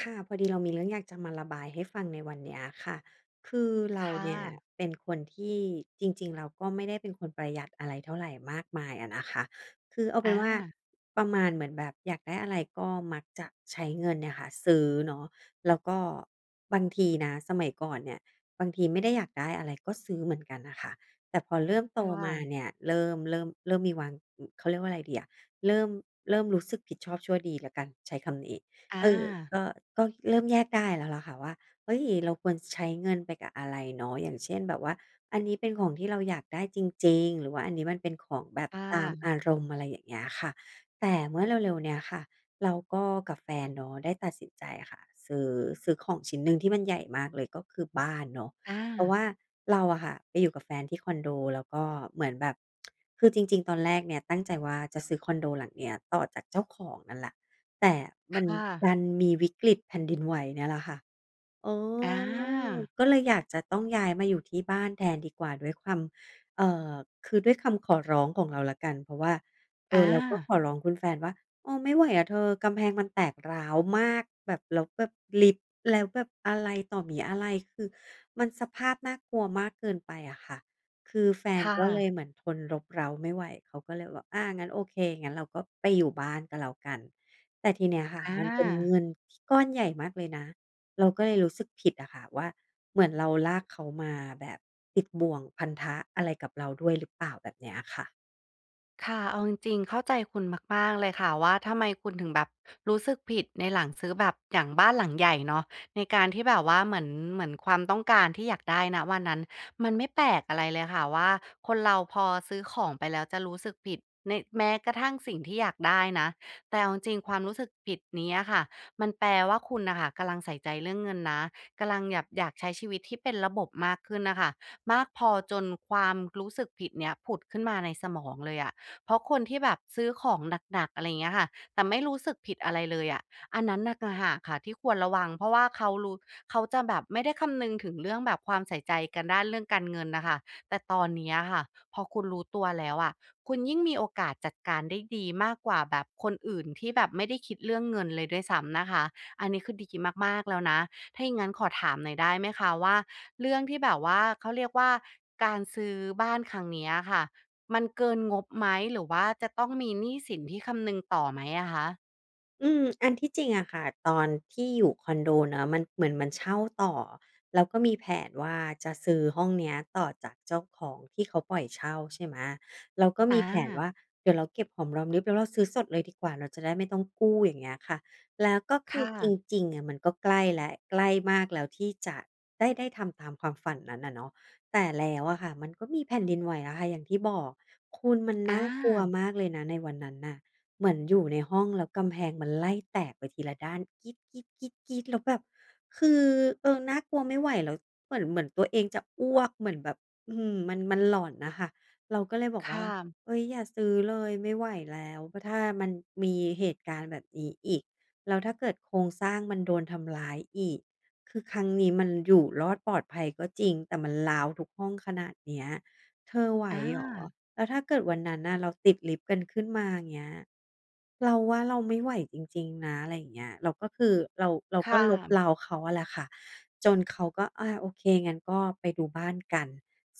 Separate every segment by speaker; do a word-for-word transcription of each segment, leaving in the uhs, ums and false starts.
Speaker 1: ค่ะพอดีเรามีเรื่องอยากจะมาระบายให้ฟังในวันเนี้ยค่ะคือ
Speaker 2: ค
Speaker 1: เราเนี่ย
Speaker 2: ่ะ
Speaker 1: เป็นคนที่จริงๆเราก็ไม่ได้เป็นคนประหยัดอะไรเท่าไรมากมายอะนะคะคือเอาเป็น
Speaker 2: อา
Speaker 1: ว่าประมาณเหมือนแบบอยากได้อะไรก็มักจะใช้เงินเนี่ยค่ะซื้อเนาะแล้วก็บางทีนะสมัยก่อนเนี่ยบางทีไม่ได้อยากได้อะไรก็ซื้อเหมือนกันน่ะค่ะแต่พอเริ่มโต
Speaker 2: ค
Speaker 1: มาเนี่
Speaker 2: ่ะ
Speaker 1: ยเริ่มเริ่มเริ่มมีวางเขาเรียกว่าอะไรดีอะเริ่มเริ่มรู้สึกผิดชอบชั่วดีแล้วกันใช้คำนี้ เอ
Speaker 2: อา
Speaker 1: อก็ก็เริ่มแยกได้แล้วล่ะค่ะว่าเฮ้ยเราควรใช้เงินไปกับอะไรเนาะอย่างเช่นแบบว่าอันนี้เป็นของที่เราอยากได้จริงๆหรือว่าอันนี้มันเป็นของแบบ
Speaker 2: ค
Speaker 1: ตาม
Speaker 2: ่ะ
Speaker 1: อารมณ์อะไรอย่างเงี้ยค่ะแต่เมื่อเร็วๆเนี่ยค่ะเราก็กับแฟนเนาะได้ตัดสินใจค่ะซื้อซื้อของชิ้นหนึ่งที่มันใหญ่มากเลยก็คือบ้านเนาะ
Speaker 2: อา
Speaker 1: เพราะว่าเราอะค่ะไปอยู่กับแฟนที่คอนโดแล้วก็เหมือนแบบคือจริงๆตอนแรกเนี่ยตั้งใจว่าจะซื้อคอนโดหลังเนี้ยต่อจากเจ้าของนั่นแหละ แต่มัน
Speaker 2: ค่ะ
Speaker 1: ดันมีวิกฤตแผ่นดินไหวเนี่ยแหละค่ะ อ๋อ
Speaker 2: อา
Speaker 1: ก็เลยอยากจะต้องย้ายมาอยู่ที่บ้านแทนดีกว่าด้วยความเอ่อคือด้วยคำขอร้องของเราแล้วกัน เพราะว่าเออ
Speaker 2: อา
Speaker 1: เราก็ขอร้องคุณแฟนว่าเออไม่ไหวอะเธอกำแพงมันแตกร้าวมากแบบแล้วแบบลิฟต์แล้วแบบอะไรต่อมีอะไรคือมันสภาพน่ากลัวมากเกินไปอะค่ะคือแฟน
Speaker 2: ค่ะ
Speaker 1: ก็เลยเหมือนทนรบเร้าไม่ไหวเขาก็เลยบอกอางั้นโอเคงั้นเราก็ไปอยู่บ้านก็แล้วกันแต่ทีเนี้ยค่ะ
Speaker 2: อา
Speaker 1: มันเป็นเงินที่ก้อนใหญ่มากเลยนะ เราก็เลยรู้สึกผิดอะค่ะว่าเหมือนเราลากเขามาแบบติดบ่วงพันธะอะไรกับเราด้วยหรือเปล่าแบบเนี้ยค่ะ
Speaker 2: ค่ะเอาจริงๆเข้าใจคุณมากๆเลยค่ะว่าทำไมคุณถึงแบบรู้สึกผิดในหลังซื้อแบบอย่างบ้านหลังใหญ่เนาะในการที่แบบว่าเหมือนเหมือนความต้องการที่อยากได้นะวันนั้นมันไม่แปลกอะไรเลยค่ะว่าคนเราพอซื้อของไปแล้วจะรู้สึกผิดในแม้กระทั่งสิ่งที่อยากได้นะแต่เอาจริงๆความรู้สึกผิดเนี้ยค่ะมันแปลว่าคุณนะคะกำลังใส่ใจเรื่องเงินนะกำลังอยากอยากใช้ชีวิตที่เป็นระบบมากขึ้นนะคะมากพอจนความรู้สึกผิดเนี้ยผุดขึ้นมาในสมองเลยอะ เพราะคนที่แบบซื้อของหนักๆอะไรเงี้ยค่ะแต่ไม่รู้สึกผิดอะไรเลยอะอันนั้นน่ะ่หากค่ะที่ควรระวังเพราะว่าเขารู้เขาจะแบบไม่ได้คำนึงถึงเรื่องแบบความใส่ใจกันด้านเรื่องการเงินนะคะแต่ตอนเนี้ยค่ะพอคุณรู้ตัวแล้วอะคุณยิ่งมีโอกาสจัดการได้ดีมากกว่าแบบคนอื่นที่แบบไม่ได้คิดเรื่องเงินเลยด้วยซ้ำนะคะอันนี้คือดีมากๆแล้วนะถ้าอย่างนั้นขอถามหน่อยได้ไหมคะว่าเรื่องที่แบบว่าเขาเรียกว่าการซื้อบ้านครั้งเนี้ยค่ะ มันเกินงบไหมหรือว่าจะต้องมีหนี้สินที่คำนึงต่อไหมอะคะ
Speaker 1: อืมอันที่จริงอะค่ะตอนที่อยู่คอนโดเนาะมันเหมือนมันเช่าต่อแล้วก็มีแผนว่าจะซื้อห้องเนี้ยต่อจากเจ้าของที่เขาปล่อยเช่าใช่ไหมเราก็มี
Speaker 2: อา
Speaker 1: แผนว่าเดี๋ยวเราเก็บหอมรอมริบแล้วเราซื้อสดเลยดีกว่าเราจะได้ไม่ต้องกู้อย่างเงี้ยค่ะแล้วก็
Speaker 2: ค
Speaker 1: คือจ
Speaker 2: ่ะ
Speaker 1: ริงๆอะมันก็ใกล้แล้วใกล้มากแล้วที่จะได้ได้ทำตามความฝันนั้นอะเนาะแต่แล้วอะค่ะมันก็มีแผ่นดินไหวอะค่ะอย่างที่บอกคุณมัน
Speaker 2: อ
Speaker 1: น่ากลัว
Speaker 2: า
Speaker 1: มากเลยนะในวันนั้นน่ะ เหมือนอยู่ในห้องแล้วกำแพงมันไล่แตกไปทีละด้านกรี๊ดกรี๊ดกรี๊ดกรี๊ดแล้วแบบคือเออน่ากลัวไม่ไหวแล้วเหมือนเหมือนตัวเองจะอ้วกเหมือนแบบอืมมันมันหลอนน่ะค่ะเราก็เลยบอกว่า
Speaker 2: ค่ะ
Speaker 1: เฮ้ยอย่าซื้อเลยไม่ไหวแล้วถ้ามันมีเหตุการณ์แบบนี้อีกแล้วถ้าเกิดโครงสร้างมันโดนทำร้ายอีกคือครั้งนี้มันอยู่รอดปลอดภัยก็จริงแต่มันร้าวทุกห้องขนาดเนี้ยเธอไหว
Speaker 2: อา
Speaker 1: เหรอ แล้วถ้าเกิดวันนั้นน่ะเราติดลิฟต์กันขึ้นมาอย่างเงี้ยเราว่าเราไม่ไหวจริงๆนะอะไรอย่างเงี้ยเราก็คือเราเราก็
Speaker 2: ค่ะ
Speaker 1: ลบเล้าเขาอะแหละค่ะจนเขาก็อาโอเคงั้นก็ไปดูบ้านกัน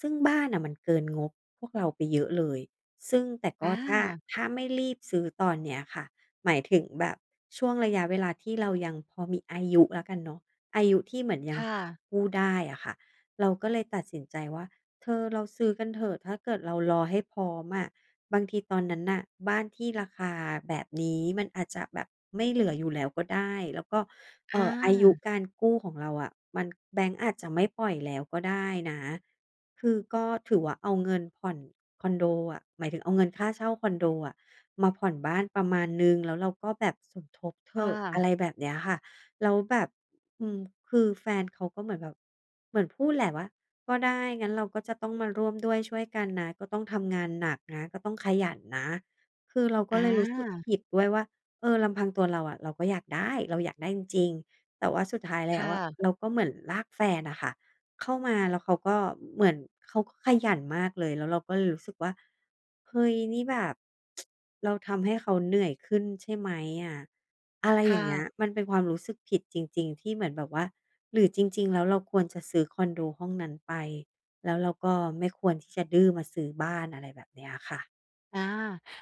Speaker 1: ซึ่งบ้านน่ะมันเกินงบพวกเราไปเยอะเลยซึ่งแต่ก็
Speaker 2: อา
Speaker 1: ถ้าถ้าไม่รีบซื้อตอนเนี้ยค่ะหมายถึงแบบช่วงระยะเวลาที่เรายังพอมีอายุแล้วกันเนาะอายุที่เหมือนยังพ
Speaker 2: ค่ะ
Speaker 1: กู้ได้อะค่ะเราก็เลยตัดสินใจว่า เธอเราซื้อกันเถอะถ้าเกิดเรารอให้พร้อมอะบางทีตอนนั้นน่ะบ้านที่ราคาแบบนี้มันอาจจะแบบไม่เหลืออยู่แล้วก็ได้แล้วก็เอ่
Speaker 2: อา
Speaker 1: ออายุการกู้ของเราอะมันแบงก์อาจจะไม่ปล่อยแล้วก็ได้นะคือก็ถือว่าเอาเงินผ่อนคอนโดอะหมายถึงเอาเงินค่าเช่าคอนโดอะมาผ่อนบ้านประมาณหนึ่งแล้วเราก็แบบสมทบเถ
Speaker 2: ค่ะ
Speaker 1: อะอะไรแบบเนี้ยค่ะแล้วแบบ อืมคือแฟนเขาก็เหมือนแบบเหมือนพูดแหละว่าก็ได้งั้นเราก็จะต้องมาร่วมด้วยช่วยกันนะก็ต้องทำงานหนักนะก็ต้องขยันนะคือเราก็
Speaker 2: อ
Speaker 1: เลยรู้สึก
Speaker 2: า
Speaker 1: ผิดด้วยว่าเออลำพังตัวเราอะเราก็อยากได้เราอยากได้จริงๆแต่ว่าสุดท้าย
Speaker 2: ค
Speaker 1: แล้วอะ
Speaker 2: ่ะ
Speaker 1: เราก็เหมือนลากแฟนอะค่ะ เข้ามาแล้วเขาก็เหมือนเขาก็ขยันมากเลยแล้วเราก็เลยรู้สึกว่าเฮ้ยนี่แบบ เราทำให้เขาเหนื่อยขึ้นใช่ไหมอะอะไร
Speaker 2: ค
Speaker 1: อย่างเงี้ย
Speaker 2: ่ะ
Speaker 1: มันเป็นความรู้สึกผิดจริงๆที่เหมือนแบบว่าหรือจริงๆแล้วเราควรจะซื้อคอนโดห้องนั้นไปแล้วเราก็ไม่ควรที่จะดื้อมาซื้อบ้านอะไรแบบเนี้ยค่ะ
Speaker 2: อา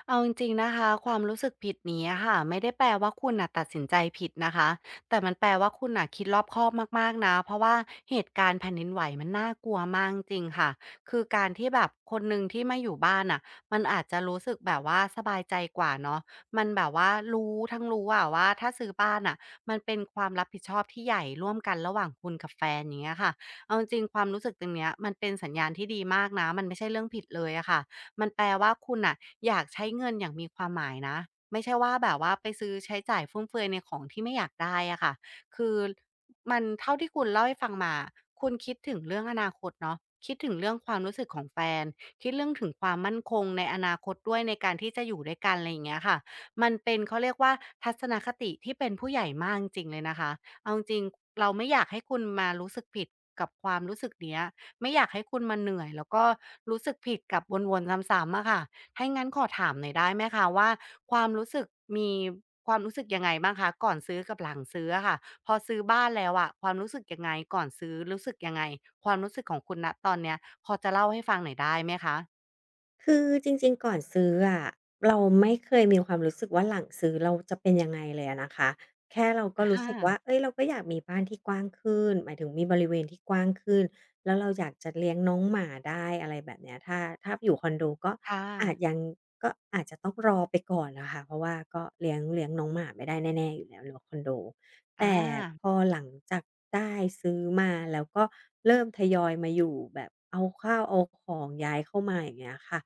Speaker 2: เอาจริงๆนะคะความรู้สึกผิดนี้อะค่ะไม่ได้แปลว่าคุณน่ะตัดสินใจผิดนะคะแต่มันแปลว่าคุณน่ะคิดรอบคอบมากๆนะเพราะว่าเหตุการณ์แผ่นดินไหวมันน่ากลัวมากจริงๆค่ะคือการที่แบบคนหนึ่งที่ไม่อยู่บ้านน่ะมันอาจจะรู้สึกแบบว่าสบายใจกว่าเนาะมันแบบว่ารู้ทั้งรู้อะว่าถ้าซื้อบ้านน่ะมันเป็นความรับผิดชอบที่ใหญ่ร่วมกันระหว่างคุณกับแฟนอย่างเงี้ยค่ะเอาจริงๆความรู้สึกตรงเนี้ยมันเป็นสัญญาณที่ดีมากนะมันไม่ใช่เรื่องผิดเลยอะค่ะ มันแปลว่าคุณน่ะอยากใช้เงินอย่างมีความหมายนะไม่ใช่ว่าแบบว่าไปซื้อใช้จ่ายฟุ่มเฟือยในของที่ไม่อยากได้อะค่ะคือมันเท่าที่คุณเล่าให้ฟังมาคุณคิดถึงเรื่องอนาคตเนาะคิดถึงเรื่องความรู้สึกของแฟนคิดเรื่องถึงความมั่นคงในอนาคตด้วยในการที่จะอยู่ด้วยกันอะไรอย่างเงี้ยค่ะมันเป็นเขาเรียกว่าทัศนคติที่เป็นผู้ใหญ่มากจริงๆเลยนะคะเอาจริงๆเราไม่อยากให้คุณมารู้สึกผิดกับความรู้สึกเนี้ย ไม่อยากให้คุณมาเหนื่อยแล้วก็รู้สึกผิดกับวนๆซ้ำๆอะค่ะถ้างั้นขอถามหน่อยได้ไหมคะว่าความรู้สึกมีความรู้สึกยังไงบ้างคะก่อนซื้อกับหลังซื้ออะค่ะพอซื้อบ้านแล้วอะความรู้สึกยังไงก่อนซื้อรู้สึกยังไงความรู้สึกของคุณณตอนเนี้ยพอจะเล่าให้ฟังหน่อยได้ไหมคะ
Speaker 1: คือจริงๆก่อนซื้ออะเราไม่เคยมีความรู้สึกว่าหลังซื้อเราจะเป็นยังไงเลยอะนะคะแค่เราก็
Speaker 2: อ
Speaker 1: รู้สึกว่า
Speaker 2: า
Speaker 1: เฮ้ยเราก็อยากมีบ้านที่กว้างขึ้นหมายถึงมีบริเวณที่กว้างขึ้นแล้วเราอยากจะเลี้ยงน้องหมาได้อะไรแบบเนี้ยถ้าถ้าอยู่คอนโดก็
Speaker 2: ค่ะ
Speaker 1: อาจยังก็อาจจะต้องรอไปก่อนอะค่ะเพราะว่าก็เลี้ยงเลี้ยงน้องหมาไม่ได้แน่ๆอยู่แล้วเนาะคอนโด
Speaker 2: อา
Speaker 1: แต่พอหลังจากได้ซื้อมาแล้วก็เริ่มทยอยมาอยู่แบบเอาข้าวเอาของย้ายเข้ามาอย่างเงี้ยค่ะ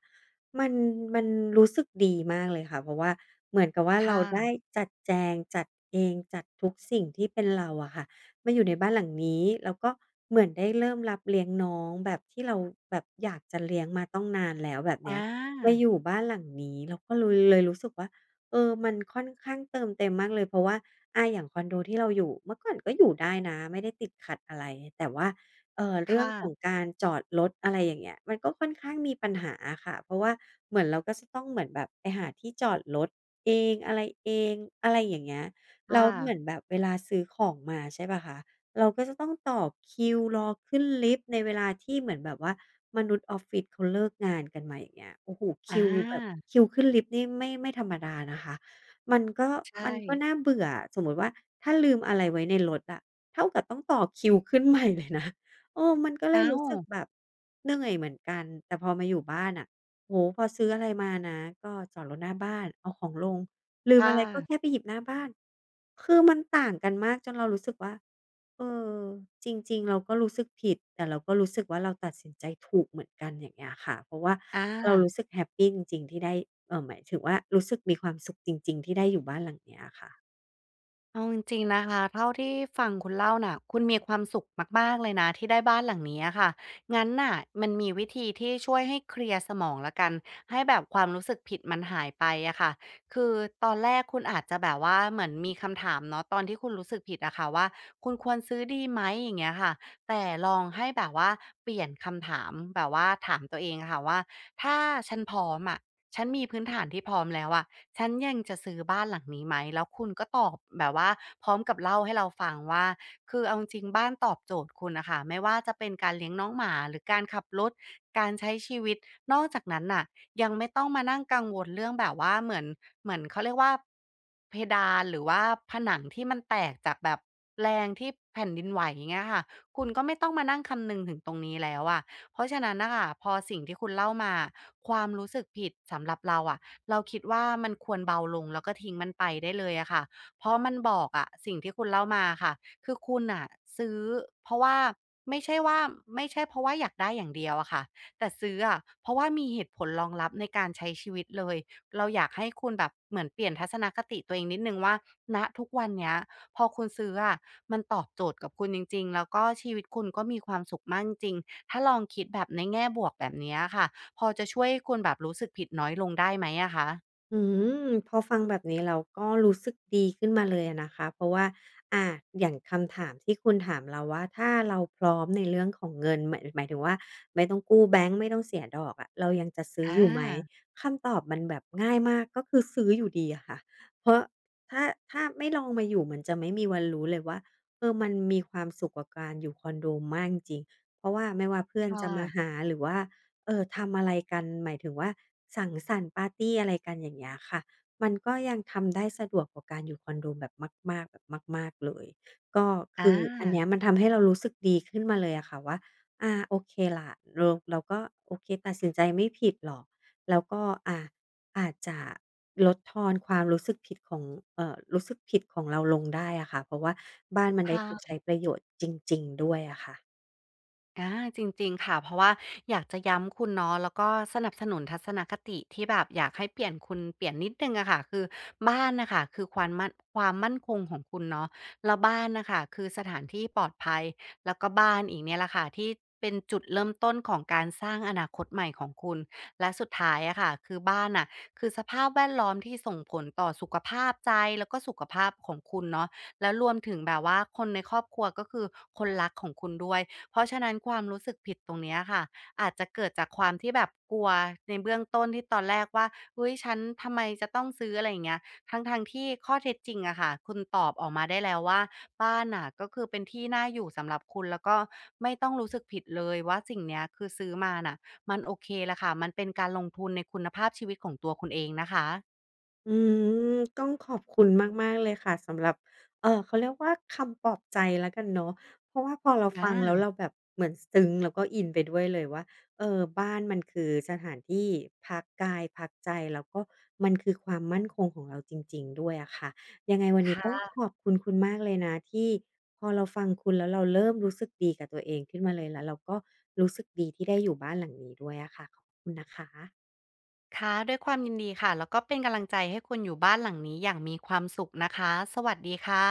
Speaker 1: มันมันรู้สึกดีมากเลยค่ะเพราะว่าเหมือนกับว่าเรา
Speaker 2: ค่ะ
Speaker 1: ได้จัดแจงจัดเองจัดทุกสิ่งที่เป็นเราอะค่ะมาอยู่ในบ้านหลังนี้แล้วก็เหมือนได้เริ่มรับเลี้ยงน้องแบบที่เราแบบอยากจะเลี้ยงมาต้องนานแล้วแบบ
Speaker 2: อ
Speaker 1: เนี้ยมา
Speaker 2: า
Speaker 1: อยู่บ้านหลังนี้เราก็เลยเลยรู้สึกว่าเออมันค่อนข้างเติมเต็มมากเลยเพราะว่าอาอย่างคอนโดที่เราอยู่เมื่อก่อนก็อยู่ได้นะไม่ได้ติดขัดอะไรแต่ว่า เอ่อเรื่องของ
Speaker 2: ค่ะ
Speaker 1: การจอดรถอะไรอย่างเงี้ยมันก็ค่อนข้างมีปัญหาอะค่ะเพราะว่าเหมือนเราก็จะต้องเหมือนแบบไปหาที่จอดรถเองอะไรเองอะไรอย่างเงี้ยแล้ว
Speaker 2: ค่ะ
Speaker 1: เหมือนแบบเวลาซื้อของมาใช่เปล่าคะเราก็จะต้องต่อคิวรอขึ้นลิฟต์ในเวลาที่เหมือนแบบว่ามนุษย์ออฟฟิศเขาเลิกงานกันมาอย่างเงี้ยโอ้โฮ
Speaker 2: อ
Speaker 1: คิวแบบ
Speaker 2: า
Speaker 1: คิวขึ้นลิฟต์นี่ไม่ไม่ธรรมดานะคะมันก็
Speaker 2: ใช่
Speaker 1: มันก็น่าเบื่ออะสมมุติว่าถ้าลืมอะไรไว้ในรถอะเท่ากับต้องต่อคิวขึ้นใหม่เลยนะ เออมันก็เล
Speaker 2: อ้า
Speaker 1: ยรู้
Speaker 2: ว
Speaker 1: สึกแบบเหนื่อยเหมือนกันแต่พอมาอยู่บ้านอะโอ้โฮพอซื้ออะไรมานะก็จอดรถหน้าบ้านเอาของลงลืม
Speaker 2: ค่
Speaker 1: อะไรก็แค่
Speaker 2: ะ
Speaker 1: ไปหยิบหน้าบ้านคือมันต่างกันมากจนเรารู้สึกว่าเออจริงๆเราก็รู้สึกผิดแต่เราก็รู้สึกว่าเราตัดสินใจถูกเหมือนกันอย่างเงี้ยค่ะเพราะว่า
Speaker 2: อา
Speaker 1: เรารู้สึกแฮปปีจริงๆที่ได้เอ่อหมายถึงว่ารู้สึกมีความสุขจริงๆที่ได้อยู่บ้านหลังเนี้ยค่ะ
Speaker 2: เอาจริงๆนะคะเท่าที่ฟังคุณเล่าน่ะคุณมีความสุขมากๆเลยนะที่ได้บ้านหลังนี้อะค่ะงั้นน่ะมันมีวิธีที่ช่วยให้เคลียร์สมองละวกันให้แบบความรู้สึกผิดมันหายไปอะค่ะคือตอนแรกคุณอาจจะแบบว่าเหมือนมีคำถามเนาะตอนที่คุณรู้สึกผิดอะค่ะว่าคุณควรซื้อดีไหมอย่างเงี้ยค่ะแต่ลองให้แบบว่าเปลี่ยนคำถามแบบว่าถามตัวเองอะค่ะว่าถ้าฉันพร้อมอะฉันมีพื้นฐานที่พร้อมแล้วอะ ฉันยังจะซื้อบ้านหลังนี้ไหมแล้วคุณก็ตอบแบบว่าพร้อมกับเล่าให้เราฟังว่าคือเอาจริงๆบ้านตอบโจทย์คุณน่ะค่ะไม่ว่าจะเป็นการเลี้ยงน้องหมาหรือการขับรถการใช้ชีวิตนอกจากนั้นน่ะยังไม่ต้องมานั่งกังวลเรื่องแบบว่าเหมือนเหมือนเขาเรียกว่าเพดานหรือว่าผนังที่มันแตกจากแบบแรงที่แผ่นดินไหวอย่างเงี้ยค่ะคุณก็ไม่ต้องมานั่งคำนึงถึงตรงนี้แล้วอะเพราะฉะนั้นน่ะค่ะพอสิ่งที่คุณเล่ามาความรู้สึกผิดสำหรับเราอะ เราคิดว่ามันควรเบาลงแล้วก็ทิ้งมันไปได้เลยอะค่ะเพราะมันบอกอะสิ่งที่คุณเล่ามาค่ะคือคุณน่ะซื้อเพราะว่าไม่ใช่ว่าไม่ใช่เพราะว่าอยากได้อย่างเดียวอะค่ะแต่ซื้ออะเพราะว่ามีเหตุผลรองรับในการใช้ชีวิตเลยเราอยากให้คุณแบบเหมือนเปลี่ยนทัศนคติตัวเองนิดหนึ่งว่าณทุกวันเนี้ยพอคุณซื้ออะมันตอบโจทย์กับคุณจริงๆแล้วก็ชีวิตคุณก็มีความสุขมากจริงๆถ้าลองคิดแบบในแง่บวกแบบเนี้ยอะค่ะ พอจะช่วยให้คุณแบบรู้สึกผิดน้อยลงได้ไหมอะคะ
Speaker 1: อืมพอฟังแบบนี้เราก็รู้สึกดีขึ้นมาเลยอะนะคะเพราะว่าอาอย่างคำถามที่คุณถามเราว่าถ้าเราพร้อมในเรื่องของเงินหมายหมายถึงว่าไม่ต้องกู้แบงก์ไม่ต้องเสียดอกอะเรายังจะซื้ออ
Speaker 2: อา
Speaker 1: ยู่ไหมคำตอบมันแบบง่ายมากก็คือซื้ออยู่ดีอะค่ะเพราะถ้าถ้าไม่ลองมาอยู่มันจะไม่มีวันรู้เลยว่าเออมันมีความสุขกว่าการอยู่คอนโดมากจริงๆเพราะว่าไม่ว่าเพื่อน
Speaker 2: ค่
Speaker 1: จะมาหา
Speaker 2: ะ
Speaker 1: หรือว่า เออทำอะไรกันหมายถึงว่าสังสรรค์ปาร์ตีอะไรกันอย่างเงี้ยค่ะมันก็ยังทำได้สะดวกกว่าการอยู่คอนโดแบบมากๆแบบมากๆเลยก็คื
Speaker 2: อา
Speaker 1: ออันเนี้ยมันทำให้เรารู้สึกดีขึ้นมาเลยอะค่ะว่าอาโอเคล่ะเราเราก็โอเคตัดสินใจไม่ผิดหรอกแล้วก็อาอาจจะลดทอนความรู้สึกผิดของเอ่อรู้สึกผิดของเราลงได้อะค่ะเพราะว่าบ้านมันได้ถูก
Speaker 2: ค่ะ
Speaker 1: ใช้ประโยชน์จริงๆด้วยอะค่ะ
Speaker 2: อาจริงๆค่ะเพราะว่าอยากจะย้ำคุณเนาะแล้วก็สนับสนุนทัศนคติที่แบบอยากให้เปลี่ยนคุณเปลี่ยนนิดหนึ่งอะค่ะคือบ้านนะคะคือความมั่นความมั่นคงของคุณเนาะแล้วบ้านนะคะคือสถานที่ปลอดภัยแล้วก็บ้านอีกเนี่ยแหละค่ะที่เป็นจุดเริ่มต้นของการสร้างอนาคตใหม่ของคุณและสุดท้ายอะค่ะคือบ้านอ่ะคือสภาพแวดล้อมที่ส่งผลต่อสุขภาพใจแล้วก็สุขภาพของคุณเนาะแล้วรวมถึงแบบว่าคนในครอบครัวก็คือคนรักของคุณด้วย เพราะฉะนั้นความรู้สึกผิดตรงเนี้ยค่ะอาจจะเกิดจากความที่แบบกลัวในเบื้องต้นที่ตอนแรกว่าเฮ้ยฉันทำไมจะต้องซื้ออะไรอย่างเงี้ยทั้งๆทที่ข้อเท็จจริงอะค่ะคุณตอบออกมาได้แล้วว่าบ้านน่ะก็คือเป็นที่น่าอยู่สำหรับคุณแล้วก็ไม่ต้องรู้สึกผิดเลยว่าสิ่งเนี้ยคือซื้อมาน่ะมันโอเคและค่ะมันเป็นการลงทุนในคุณภาพชีวิตของตัวคุณเองนะคะ
Speaker 1: อืมต้องขอบคุณมากๆเลยค่ะสำหรับเอ่อเขาเรียกว่าคำปลอบใจแล้วกันเนาะเพราะว่าพอเรา
Speaker 2: อ
Speaker 1: ฟังแล้วเรา
Speaker 2: า
Speaker 1: แบบเหมือนซึ้งแล้วก็อินไปด้วยเลยว่าเออบ้านมันคือสถานที่พักกายพักใจแล้วก็มันคือความมั่นคงของเราจริงๆด้วยอะค่ะยังไงวัน
Speaker 2: ค
Speaker 1: นี้ต้องข
Speaker 2: ่ะ
Speaker 1: อบคุณคุณมากเลยนะที่พอเราฟังคุณแล้วเราเริ่มรู้สึกดีกับตัวเองขึ้นมาเลยแล้วเราก็รู้สึกดีที่ได้อยู่บ้านหลังนี้ด้วยอะค่ะขอบคุณนะคะ
Speaker 2: ค่ะด้วยความยินดีค่ะแล้วก็เป็นกำลังใจให้คุณอยู่บ้านหลังนี้อย่างมีความสุขนะคะสวัสดีค่ะ